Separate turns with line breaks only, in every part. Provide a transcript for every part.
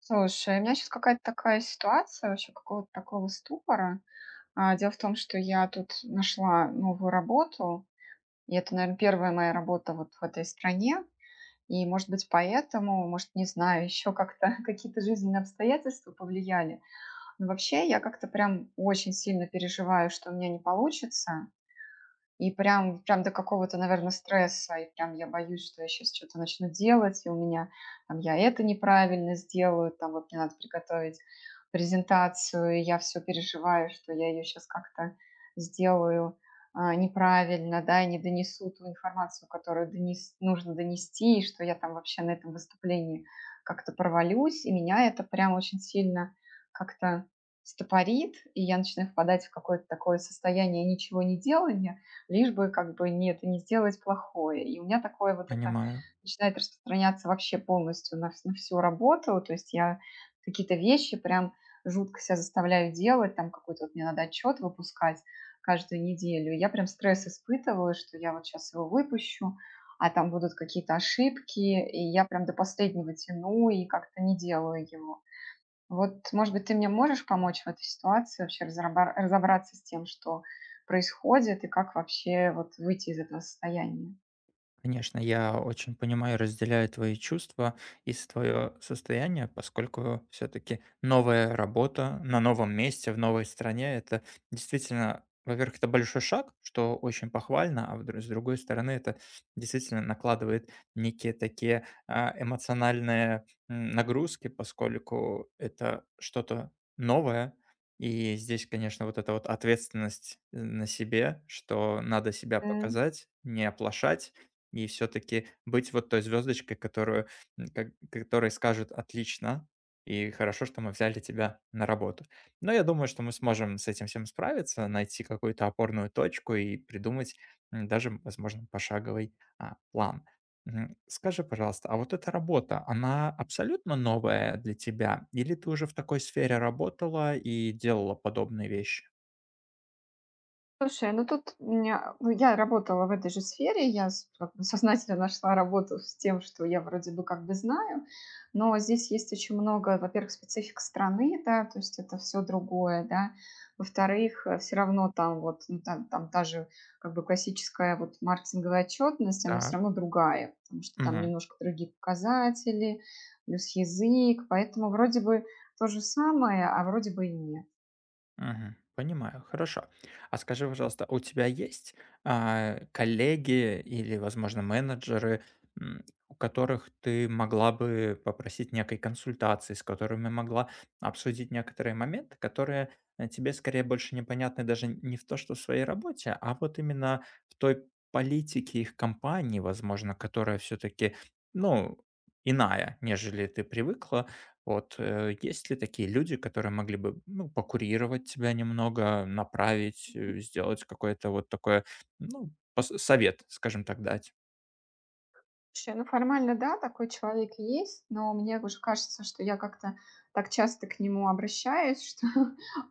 Слушай, у меня сейчас какая-то такая ситуация, вообще какого-то такого ступора. Дело в том, что я тут нашла новую работу, и это, наверное, первая моя работа вот в этой стране. И, может быть, поэтому, может, не знаю, еще как-то какие-то жизненные обстоятельства повлияли. Но вообще я как-то прям очень сильно переживаю, что у меня не получится. И прям до какого-то, наверное, стресса. И прям я боюсь, что я сейчас что то начну делать, и у меня там я это неправильно сделаю, там вот мне надо приготовить презентацию, и я все переживаю, что я ее сейчас как-то сделаю, неправильно, да, и не донесу ту информацию, которую донес нужно донести, и что я там вообще на этом выступлении как-то провалюсь. И меня это прям очень сильно как-то стопорит, и я начинаю впадать в какое-то такое состояние ничего не делания лишь бы как бы нет, не сделать плохое. И у меня такое вот это
Понимаю.
начинает распространяться вообще полностью на, на всю работу, то есть я какие-то вещи прям жутко себя заставляю делать, там какой-то вот мне надо отчет выпускать каждую неделю. Я прям стресс испытываю, что я вот сейчас его выпущу, а там будут какие-то ошибки, и я прям до последнего тяну и как-то не делаю его. Вот, может быть, ты мне можешь помочь в этой ситуации вообще разобраться с тем, что происходит, и как вообще вот выйти из этого состояния?
Конечно, я очень понимаю и разделяю твои чувства и твое состояние, поскольку все-таки новая работа на новом месте, в новой стране, это действительно, во-первых, это большой шаг, что очень похвально, а с другой стороны, это действительно накладывает некие такие эмоциональные нагрузки, поскольку это что-то новое, и здесь, конечно, вот эта вот ответственность на себе, что надо себя показать, не оплошать, и все-таки быть вот той звездочкой, которой скажут отлично, и хорошо, что мы взяли тебя на работу. Но я думаю, что мы сможем с этим всем справиться, найти какую-то опорную точку и придумать даже, возможно, пошаговый план. Мгм. Скажи, пожалуйста, а вот эта работа, она абсолютно новая для тебя? Или ты уже в такой сфере работала и делала подобные вещи?
Слушай, ну тут у меня ну, я работала в этой же сфере, я с как бы сознательно нашла работу с тем, что я вроде бы как бы знаю, но здесь есть очень много, во-первых, специфик страны, да, то есть это все другое, да. Во-вторых, все равно там вот, ну, там, та же как бы классическая вот маркетинговая отчетность, она все
Так.
равно другая, потому что там
Мгм.
немножко другие показатели, плюс язык, поэтому вроде бы то же самое, а вроде бы и нет.
Мгм. Понимаю, хорошо. А скажи, пожалуйста, у тебя есть, коллеги или, возможно, менеджеры, м, у которых ты могла бы попросить некой консультации, с которыми могла обсудить некоторые моменты, которые тебе скорее больше непонятны даже не в то, что в своей работе, а вот именно в той политике их компании, возможно, которая все-таки, ну, иная, нежели ты привыкла. Вот, есть ли такие люди, которые могли бы, ну, покурировать тебя немного, направить, сделать какое-то вот такое, ну, пос совет, скажем так, дать?
Слушай, ну формально да, такой человек есть, но мне уже кажется, что я как-то так часто к нему обращаюсь, что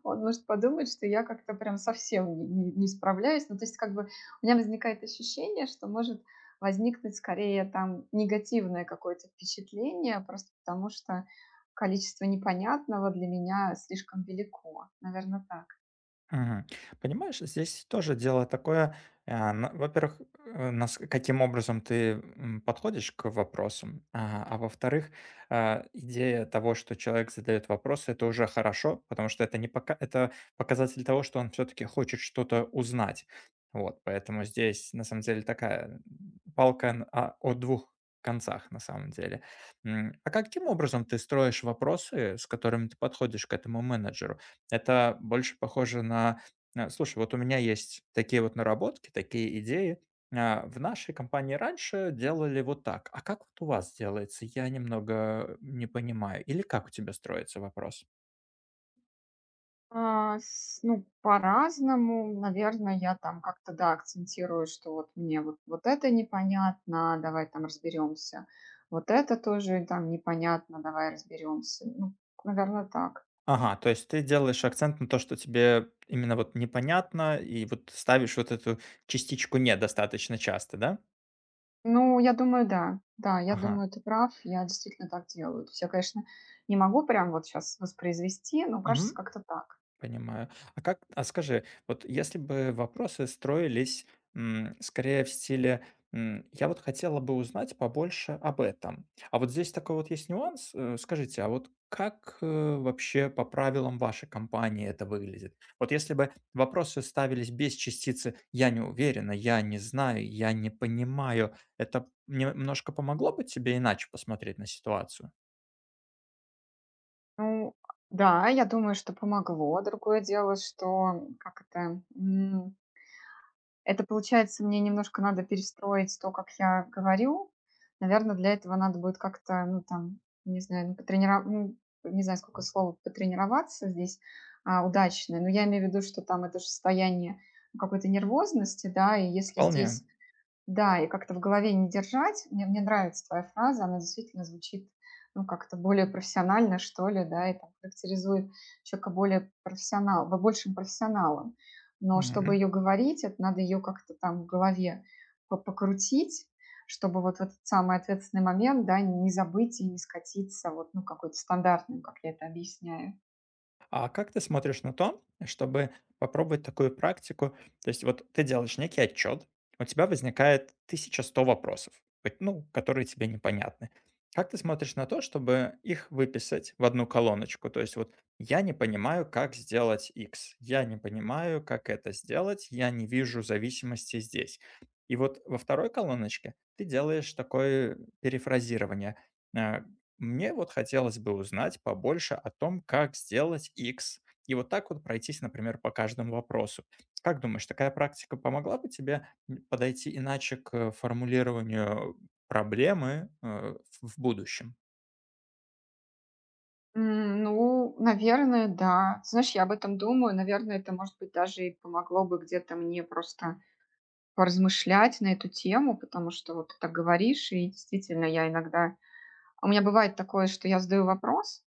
он может подумать, что я как-то прям совсем не, не справляюсь. Ну, то есть как бы у меня возникает ощущение, что может возникнуть скорее там негативное какое-то впечатление, просто потому что количество непонятного для меня слишком велико. Наверное, так.
Мгм. Понимаешь, здесь тоже дело такое, во-первых, каким образом ты подходишь к вопросам, во-вторых, идея того, что человек задает вопросы, это уже хорошо, потому что это не пока, это показатель того, что он все-таки хочет что-то узнать. Вот, поэтому здесь на самом деле такая палка о двух концах на самом деле. А каким образом ты строишь вопросы, с которыми ты подходишь к этому менеджеру? Это больше похоже на: "Слушай, вот у меня есть такие вот наработки, такие идеи. В нашей компании раньше делали вот так. А как вот у вас делается? Я немного не понимаю". Или "Как у тебя строится вопрос?"
А, с Ну, по-разному. Наверное, я там как-то, да, акцентирую, что вот мне вот это непонятно, давай там разберемся. Вот это тоже там непонятно, давай разберемся. Ну, наверно, так.
Ага, то есть ты делаешь акцент на то, что тебе именно вот непонятно, и вот ставишь вот эту частичку "не" достаточно часто, да?
Ну, я думаю, да. Да, я
Ага.
думаю, ты прав, я действительно так делаю. То есть я, конечно, не могу прям вот сейчас воспроизвести, но кажется,
Мгм.
как-то так.
Понимаю. А как, а скажи, вот если бы вопросы строились скорее в стиле «я вот хотела бы узнать побольше об этом», а вот здесь такой вот есть нюанс, скажите, а вот как вообще по правилам вашей компании это выглядит? Вот если бы вопросы ставились без частицы «я не уверена», «я не знаю», «я не понимаю», это немножко помогло бы тебе иначе посмотреть на ситуацию?
Ну, да, я думаю, что помогло. Другое дело, что, как это, получается, мне немножко надо перестроить то, как я говорю. Наверное, для этого надо будет как-то, ну, там, не знаю, ну, потренира ну, не знаю, сколько слов, "потренироваться" здесь, удачное. Но я имею в виду, что там это же состояние какой-то нервозности, да, и если
Вполне.
здесь да, и как-то в голове не держать. Мне нравится твоя фраза, она действительно звучит ну, как-то более профессионально, что ли, да, и там характеризует человека более профессионал, большим профессионалом. Но чтобы ее говорить, это надо ее как-то там в голове покрутить, чтобы вот в этот самый ответственный момент, да, не забыть и не скатиться вот, ну, какой-то стандартным, как я это объясняю.
А как ты смотришь на то, чтобы попробовать такую практику? То есть вот ты делаешь некий отчет, у тебя возникает тысяча сто вопросов, ну, которые тебе непонятны. Как ты смотришь на то, чтобы их выписать в одну колоночку? То есть вот я не понимаю, как сделать X, я не понимаю, как это сделать, я не вижу зависимости здесь. И вот во второй колоночке ты делаешь такое перефразирование. э, Мне вот хотелось бы узнать побольше о том, как сделать X. И вот так вот пройтись, например, по каждому вопросу. Как думаешь, такая практика помогла бы тебе подойти иначе к формулированию проблемы в будущем?
Ну, наверное, да. Знаешь, я об этом думаю. Наверное, это, может быть, даже и помогло бы где-то мне просто поразмышлять на эту тему, потому что вот ты так говоришь, и действительно я иногда у меня бывает такое, что я задаю вопрос,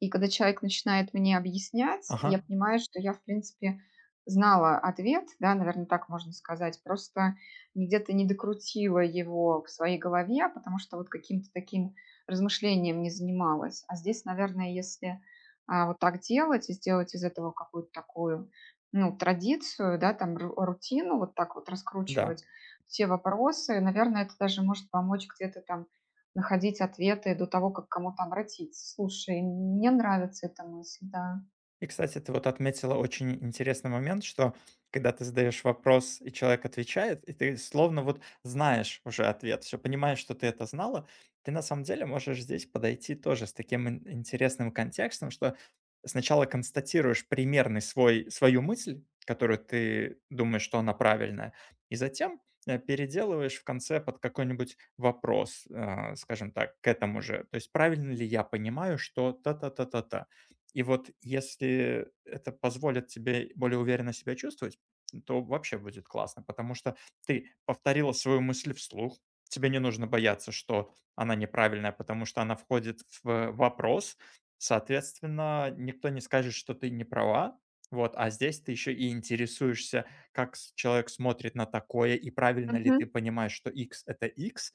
и когда человек начинает мне объяснять,
Ага,
я понимаю, что я, в принципе, знала ответ, да, наверное, так можно сказать, просто где-то не докрутила его в своей голове, потому что вот каким-то таким размышлением не занималась. А здесь, наверное, если вот так делать и сделать из этого какую-то такую, ну, традицию, да, там, рутину, вот так вот
да.
раскручивать все вопросы, наверное, это даже может помочь где-то там находить ответы до того, как к кому-то обратиться. Слушай, мне нравится эта мысль, да.
И, кстати, ты вот отметила очень интересный момент, что когда ты задаешь вопрос, и человек отвечает, и ты словно вот знаешь уже ответ, все понимаешь, что ты это знала, ты на самом деле можешь здесь подойти тоже с таким ин интересным контекстом, что сначала констатируешь примерный свой свою мысль, которую ты думаешь, что она правильная, и затем, переделываешь в конце под какой-нибудь вопрос, скажем так, к этому же. То есть правильно ли я понимаю, что та-та-та-та-та? И вот если это позволит тебе более уверенно себя чувствовать, то вообще будет классно, потому что ты повторила свою мысль вслух, тебе не нужно бояться, что она неправильная, потому что она входит в вопрос, соответственно, никто не скажет, что ты не права, вот, а здесь ты еще и интересуешься, как человек смотрит на такое, и правильно ли ты
Мгм.
понимаешь, что x это x,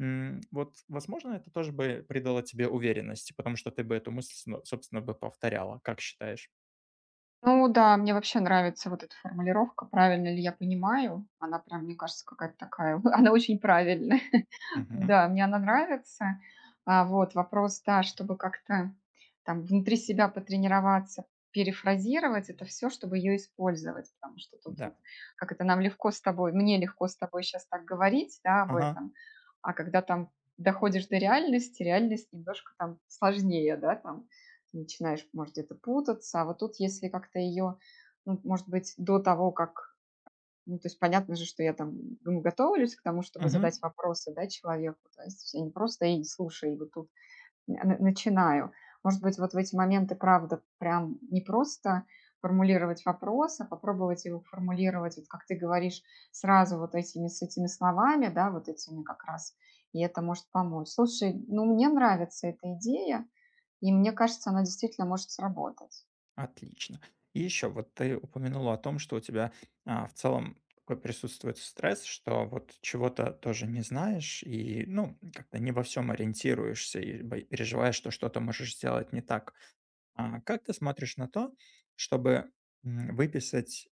Вот, возможно, это тоже бы придало тебе уверенности, потому что ты бы эту мысль, собственно, бы повторяла. Как считаешь?
Ну да, мне вообще нравится вот эта формулировка. Правильно ли я понимаю? Она прям, мне кажется, какая-то такая. Она очень правильная.
Мгм.
Да, мне она нравится. Вот вопрос, да, чтобы как-то там внутри себя потренироваться, перефразировать это все, чтобы ее использовать, потому что тут вот
Да.
как это нам легко с тобой, мне легко с тобой сейчас так говорить, да, об
Ага.
этом, а когда там доходишь до реальности, реальность немножко там сложнее, да, там начинаешь, может, где-то путаться. А вот тут, если как-то ее, ну, может быть, до того, как ну, то есть понятно же, что я там ну, готовлюсь к тому, чтобы задать
Мгм.
вопросы, да, человеку. То есть я не просто и слушай, и вот тут начинаю. Может быть, вот в эти моменты, правда, прям не просто формулировать вопрос, а попробовать его формулировать, вот как ты говоришь, с этими словами, да, вот этими как раз, и это может помочь. Слушай, ну, мне нравится эта идея, и мне кажется, она действительно может сработать.
Отлично. И еще, вот ты упомянула о том, что у тебя в целом такой присутствует стресс, что вот чего-то тоже не знаешь и, ну, как-то не во всем ориентируешься и переживаешь, что что-то можешь сделать не так. А как ты смотришь на то, чтобы выписать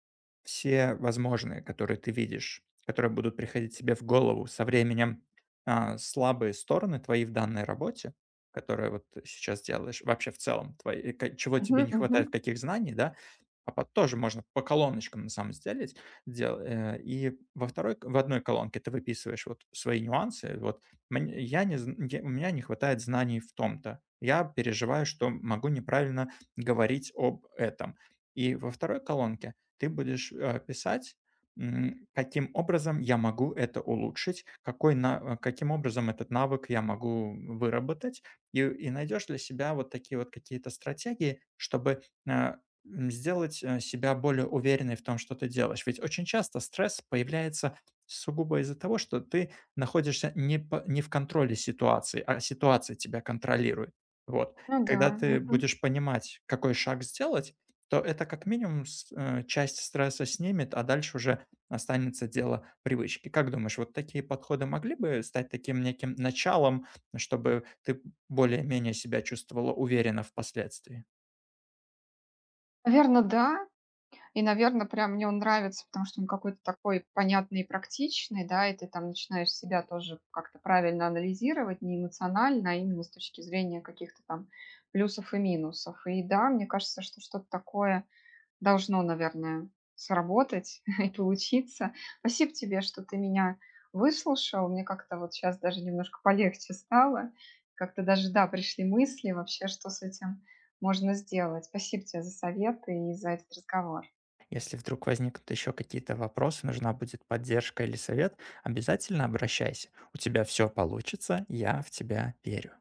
все возможные, которые ты видишь, которые будут приходить тебе в голову со временем, слабые стороны твои в данной работе, которое вот сейчас делаешь, вообще в целом твои, э, ка чего тебе
Мгм,
не хватает,
мгм.
каких знаний, да? А под тоже можно по колоночкам на самом сделать, и во второй в одной колонке ты выписываешь вот свои нюансы. Вот мне я не зн я у меня не хватает знаний в том-то. Я переживаю, что могу неправильно говорить об этом. И во второй колонке ты будешь, писать, каким образом я могу это улучшить, какой на каким образом этот навык я могу выработать. И найдешь для себя вот такие вот какие-то стратегии, чтобы, э, сделать себя более уверенной в том, что ты делаешь. Ведь очень часто стресс появляется сугубо из-за того, что ты находишься не в контроле ситуации, а ситуация тебя контролирует. Вот.
Ну да,
Когда ты
мгм.
будешь понимать, какой шаг сделать, то это как минимум часть стресса снимет, а дальше уже останется дело привычки. Как думаешь, вот такие подходы могли бы стать таким неким началом, чтобы ты более-менее себя чувствовала уверенно впоследствии?
Наверно, да. И, наверное, прям мне он нравится, потому что он какой-то такой понятный и практичный, да, и ты там начинаешь себя тоже как-то правильно анализировать, не эмоционально, а именно с точки зрения каких-то там плюсов и минусов. И да, мне кажется, что что-то такое должно, наверное, сработать и получиться. Спасибо тебе, что ты меня выслушал. Мне как-то вот сейчас даже немножко полегче стало. Как-то даже, да, пришли мысли вообще, что с этим можно сделать. Спасибо тебе за советы и за этот разговор.
Если вдруг возникнут еще какие-то вопросы, нужна будет поддержка или совет, обязательно обращайся. У тебя все получится, я в тебя верю.